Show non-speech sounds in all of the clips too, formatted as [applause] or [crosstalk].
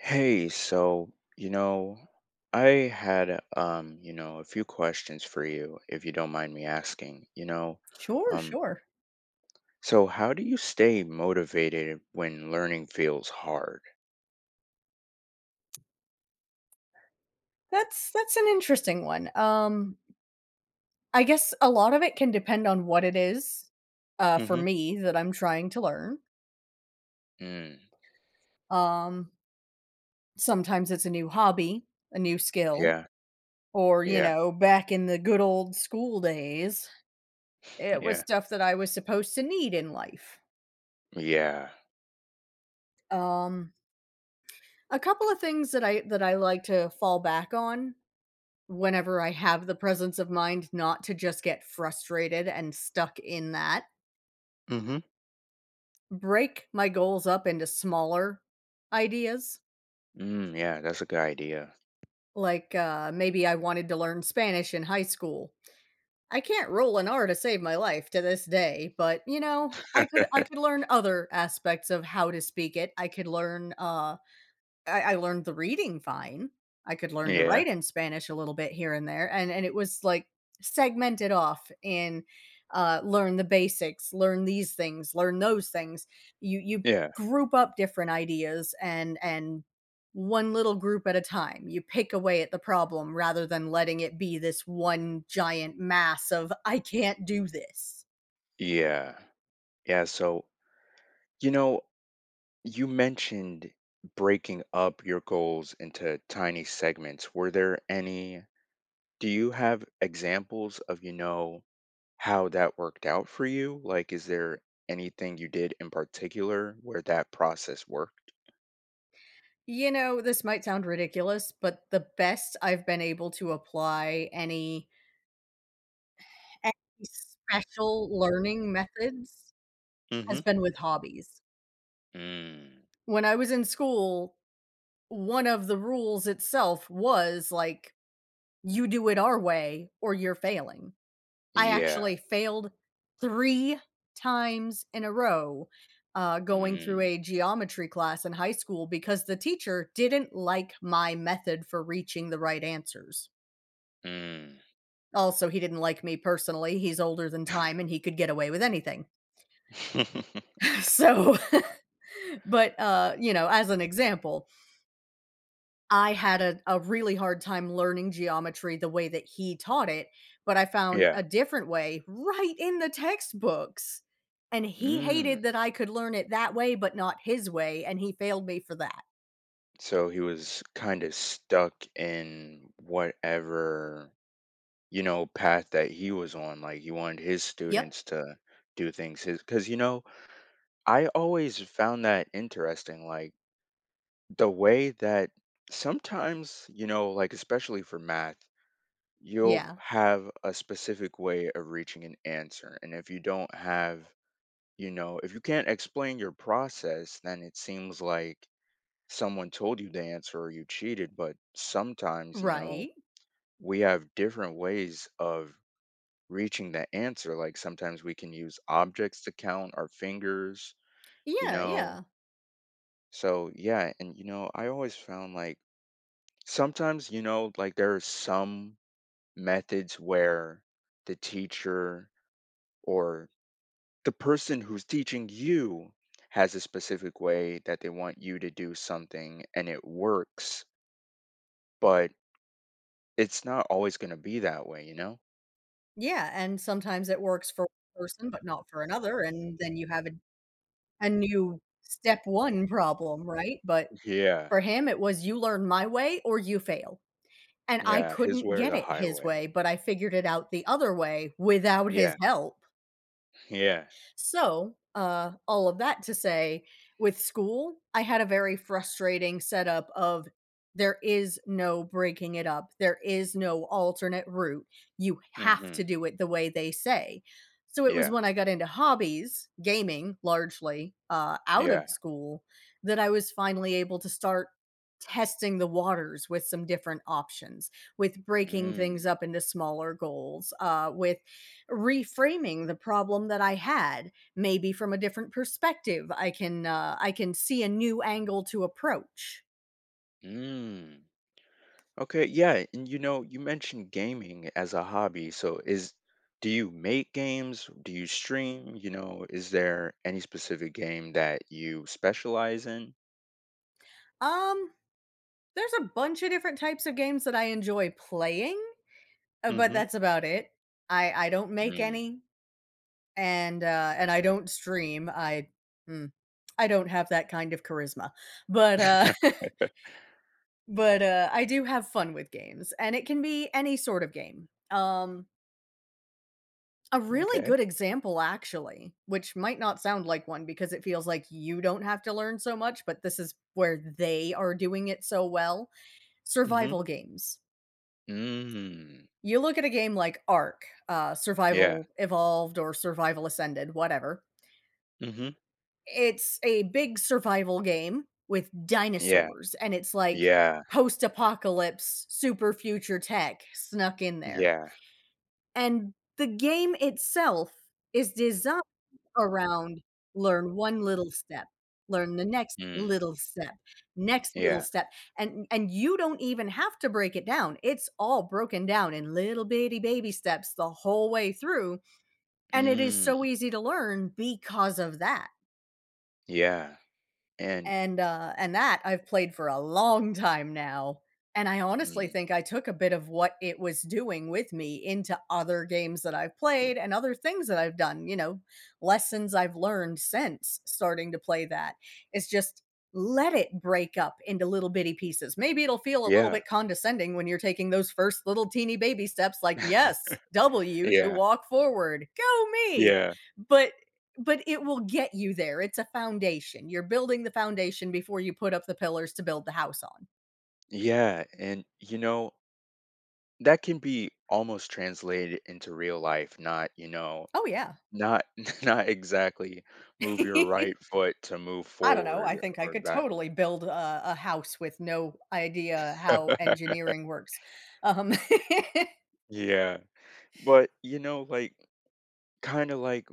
Hey, so, you know, I had a few questions for you if you don't mind me asking. Sure, um, sure. so how do you stay motivated when learning feels hard? That's an interesting one. I guess a lot of it can depend on what it is, for Mm-hmm. me that I'm trying to learn. Mm, Um, Sometimes it's a new hobby, a new skill, yeah, or, you yeah, know, back in the good old school days, it was Yeah. stuff that I was supposed to need in life. Yeah. Um, a couple of things that I like to fall back on whenever I have the presence of mind not to just get frustrated and stuck in that, Mm-hmm. break my goals up into smaller ideas. Mm, yeah, that's a good idea. Like, maybe I wanted to learn Spanish in high school. I can't roll an R to save my life to this day, but, you know, I could learn other aspects of how to speak it. I could learn, I learned the reading fine. I could learn to Yeah, write in Spanish a little bit here and there, and it was, like, segmented off in, learn the basics, learn these things, learn those things. You yeah, group up different ideas and one little group at a time. You pick away at the problem rather than letting it be this one giant mass of, "I can't do this." yeah, yeah. So, you know, you mentioned breaking up your goals into tiny segments. Were there any Do you have examples of, how that worked out for you? Like, is there anything you did in particular where that process worked? You know, this might sound ridiculous, but the best I've been able to apply any special learning methods Hmm. has been with hobbies. Mm. When I was in school, one of the rules itself was, like, you do it our way or you're failing. I Yeah. actually failed 3 times in a row, going through Mm. a geometry class in high school because the teacher didn't like my method for reaching the right answers. Mm. Also, he didn't like me personally, he's older than time, and he could get away with anything. [laughs] [laughs] So [laughs] But you know, as an example, I had a really hard time learning geometry the way that he taught it, but I found a Yeah. different way right in the textbooks. And he Mm. hated that I could learn it that way, but not his way, and he failed me for that. So he was kind of stuck in whatever, you know, path that he was on. Like he wanted his Yep. students to do things his, because, you know, I always found that interesting. Like, the way that sometimes, you know, like especially for math, you'll Yeah. have a specific way of reaching an answer. And if you don't have, if you can't explain your process, then it seems like someone told you the answer or you cheated. But sometimes, you know, Right. we have different ways of reaching the answer. Like sometimes we can use objects to count our fingers, you Yeah, know. yeah. So, yeah. And, I always found sometimes, you know, like there are some methods where the teacher or the person who's teaching you has a specific way that they want you to do something and it works, but it's not always going to be that way, you know? Yeah. And sometimes it works for one person, but not for another. And then you have a new step one problem, right? But Yeah. for him, it was you learn my way or you fail. And I Yeah. His couldn't way or get the it his highway. way, but I figured it out the other way without his Yeah. help. Yeah. So, all of that to say, with school, I had a very frustrating setup of there is no breaking it up. There is no alternate route. You have Hmm. to do it the way they say. So it was Yeah. when I got into hobbies, gaming largely, out of Yeah. school, that I was finally able to start testing the waters with some different options, with breaking Mm. things up into smaller goals, with reframing the problem that I had, maybe from a different perspective. I can see a new angle to approach. Mm. Okay, yeah, and you know, you mentioned gaming as a hobby. So is Do you make games? Do you stream? You know, is there any specific game that you specialize in? Um, there's a bunch of different types of games that I enjoy playing, but Mm-hmm. that's about it. I don't make Mm. any, and I don't stream. I mm, I don't have that kind of charisma, but [laughs] [laughs] But, I do have fun with games, and it can be any sort of game. A really Okay. good example, actually, which might not sound like one because it feels like you don't have to learn so much, but this is where they are doing it so well, Mm-hmm. survival games. Mm. You look at a game like Ark, Yeah. Survival Evolved or Survival Ascended, whatever. Mm-hmm. It's a big survival game with Yeah. dinosaurs, and it's like Yeah. post-apocalypse, super future tech snuck in there. Yeah. And the game itself is designed around learn 1 little step, learn the Mm. Next little Yeah. step, and you don't even have to break it down. It's all broken down in little bitty baby steps the whole way through, and it is so Mm. easy to learn because of that. Yeah. And And that I've played for a long time now, and I honestly mm. think I took a bit of what it was doing with me into other games that I've played and other things that I've done, you know, lessons I've learned since starting to play that. It's just let it break up into little bitty pieces. Maybe it'll feel a little Yeah. bit condescending when you're taking those first little teeny baby steps like, "Yes, W to Yeah. walk forward. Go me." Yeah. But it will get you there. It's a foundation. You're building the foundation before you put up the pillars to build the house on. Yeah. And that can be almost translated into real life, not Oh, yeah. not, [laughs] not exactly move your right [laughs] foot to move I don't know. forward I think I or could backward. totally build a house with no idea how [laughs] engineering works. Um, Yeah, but you know, like kind of like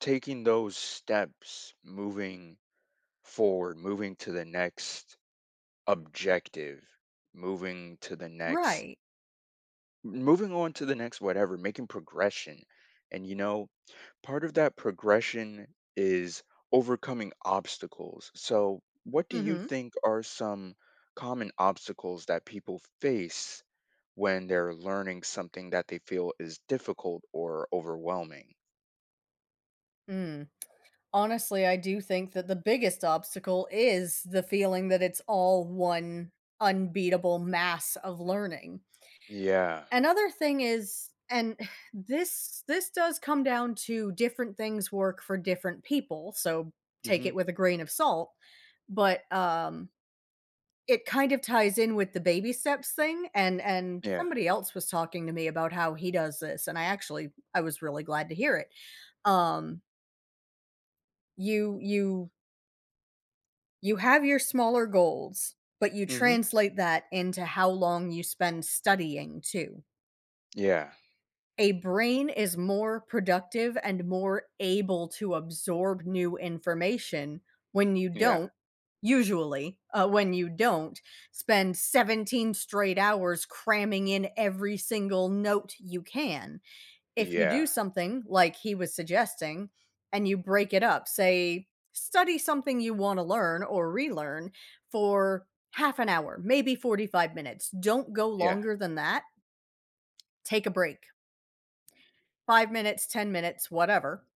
taking those steps, moving forward, moving to the next objective, moving to the [laughs] next, right. moving on to the next whatever, making progression. And you know, part of that progression is overcoming obstacles. So, what do you Hmm. think are some common obstacles that people face when they're learning something that they feel is difficult or overwhelming? Mm. Honestly, I do think that the biggest obstacle is the feeling that it's all one unbeatable mass of learning. Yeah. Another thing is, and [sighs] this does come down to different things work for different people, so take it Mhm. with a grain of salt, but, it kind of ties in with the baby steps thing, and Yeah. somebody else was talking to me about how he does this, and I actually I was really glad to hear it. Um, you you you have your smaller goals, but you Mhm. translate that into how long you spend studying too. Yeah. A brain is more productive and more able to absorb new information when you Yeah. don't, usually, when you don't spend 17 straight hours cramming in every single note you can. If you do Yeah. something like he was suggesting, and you break it up, say, study something you want to learn or relearn for half an hour, maybe 45 minutes, don't go Yeah. longer than that. Take a break, 5 minutes, 10 minutes, whatever.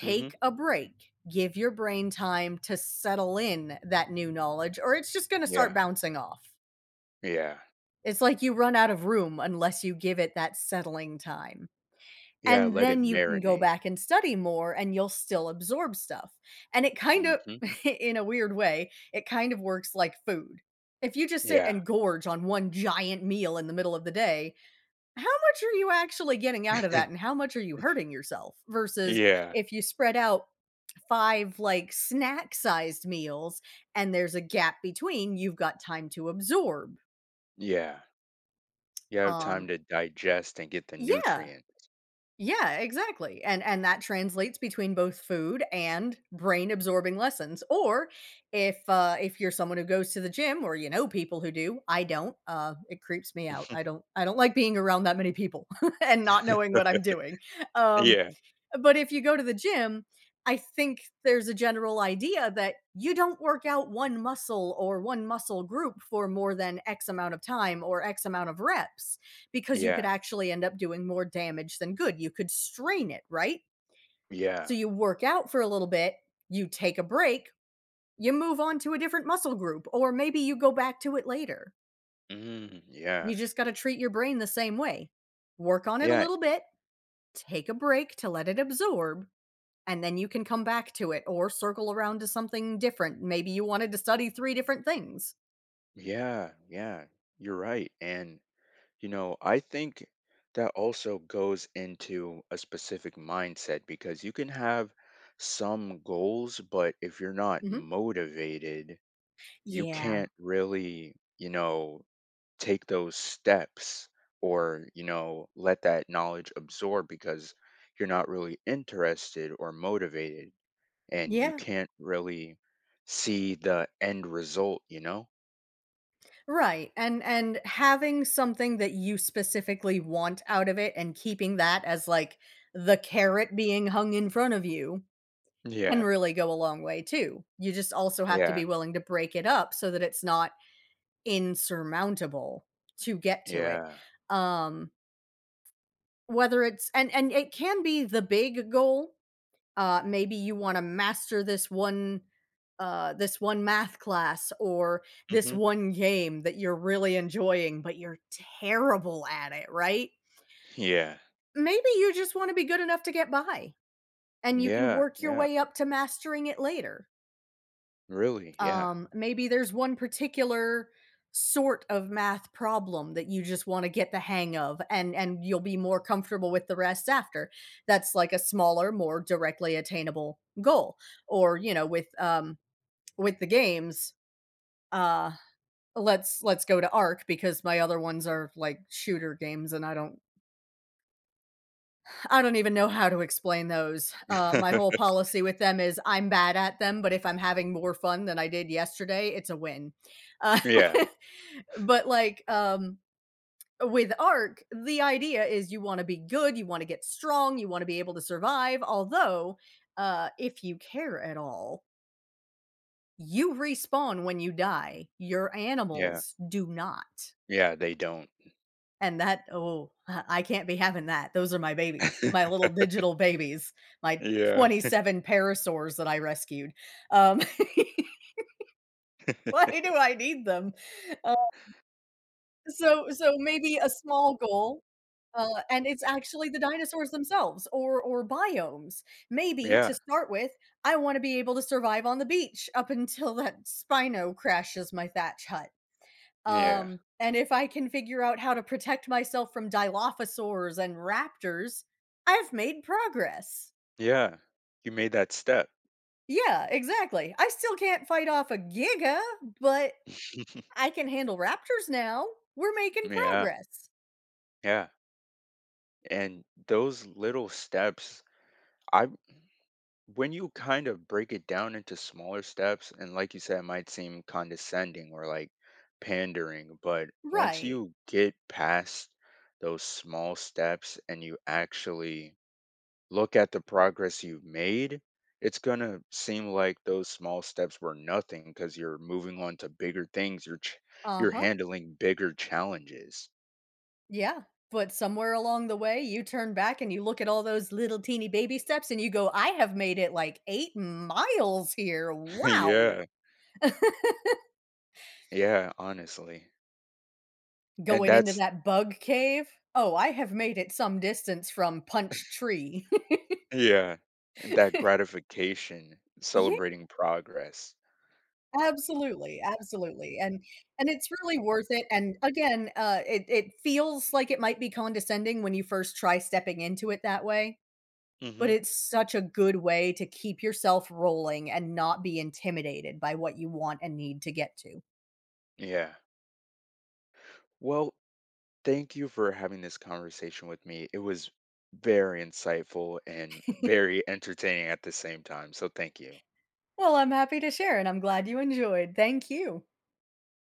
Mhm. a break. Give your brain time to settle in that new knowledge, or it's just going to start Yeah. bouncing off. Yeah. It's like you run out of room unless you give it that settling time. Yeah, And let it then you can go marinate. back and study more and you'll still absorb stuff. And it kind of Mhm. [laughs] in a weird way, it kind of works like food. If you just sit Yeah. and gorge on one giant meal in the middle of the day, how much are you actually getting out of that, and [laughs] how much are you hurting yourself? Versus Yeah. if you spread out 5, like, snack-sized meals and there's a gap between, you've got time to absorb. Yeah. You have time Um to digest and get the Yeah. nutrients. Yeah, exactly, and that translates between both food and brain absorbing lessons. Or if you're someone who goes to the gym or you know people who do, I don't, it creeps me out. [laughs] I don't like being around that many people [laughs] and not knowing what I'm doing. Um Yeah. But if you go to the gym, I think there's a general idea that you don't work out one muscle or one muscle group for more than X amount of time or X amount of reps because you could Yeah, actually end up doing more damage than good. You could strain it, right? So yeah. you work out for a little bit, you take a break, you move on to a different muscle group, or maybe you go back to it later. Mm, yeah. You just got to treat your brain the same way. Work on it a Yeah, little bit, take a break to let it absorb, and then you can come back to it or circle around to something different. Maybe you wanted to study 3 different things. yeah, yeah. You're right. And I think that also goes into a specific mindset because you can have some goals, but if you're not Mhm. motivated, you Yeah. can't really, you know, take those steps or, let that knowledge absorb because you're not really interested or motivated. And you Yeah. can't really see the end result, you know? Right, and having something that you specifically want out of it and keeping that as, like, the carrot being hung in front of you can Yeah. really go a long way too. You just also have to Yeah. be willing to break it up so that it's not insurmountable to get to it. Yeah. Um, Whether it's, and it can be the big goal, maybe you want to master this one, this one math class, or this Hmm. one game that you're really enjoying but you're terrible at, it right? Yeah. Maybe you just want to be good enough to get by, and you can Yeah. work your Yeah. way up to mastering it later. Really? Yeah. Maybe there's one particular sort of math problem that you just want to get the hang of, and you'll be more comfortable with the rest after. That's like a smaller, more directly attainable goal. Or, you know, with the games, uh let's go to Arc because my other ones are like shooter games and I don't even know how to explain those. My whole [laughs] policy with them is I'm bad at them, but if I'm having more fun than I did yesterday, it's a win. Uh, Yeah. [laughs] but like, with ARC, the idea is you want to be good, you want to get strong, you want to be able to survive. Although, if you care at all, you respawn when you die. Your Yeah. animals do not. Yeah. They don't. And that, oh, I can't be having that. Those are my babies, my [laughs] [laughs] little digital babies, my Yeah. 27 parasaurs that I rescued. Um, [laughs] why do I need them? Uh, so maybe a small goal, and it's actually the dinosaurs themselves or biomes. Maybe Yeah. to start with, I wanna be able to survive on the beach up until that Spino crashes my thatch hut. Yeah. And if I can figure out how to protect myself from dilophosaurs and raptors, I've made progress. Yeah. You made that step. Yeah, exactly. I still can't fight off a Giga, but [laughs] I can handle raptors now. We're making Yeah. progress. Yeah. And those little steps, I when you kind of break it down into smaller steps, and like you said, it might seem condescending or like pandering, but once Right. you get past those small steps and you actually look at the progress you've made, it's going to seem like those small steps were nothing because you're moving on to bigger things. Uh You're huh. handling bigger challenges. Yeah. But somewhere along the way, you turn back and you look at all those little teeny baby steps and you go, I have made it like 8 miles here. [laughs] Wow. Yeah. Yeah, honestly. And Going into that's that bug cave? Oh, I have made it some distance from punch tree. [laughs] Yeah, and that gratification, Yeah, celebrating progress. absolutely, absolutely, and it's really worth it, and again, it feels like it might be condescending when you first try stepping into it that way, but Hmm. it's such a good way to keep yourself rolling and not be intimidated by what you want and need to get to. Yeah. Well, thank you for having this conversation with me. It was very insightful and [laughs] very entertaining at the same time. So thank you. Well, I'm happy to share, and I'm glad you enjoyed. Thank you.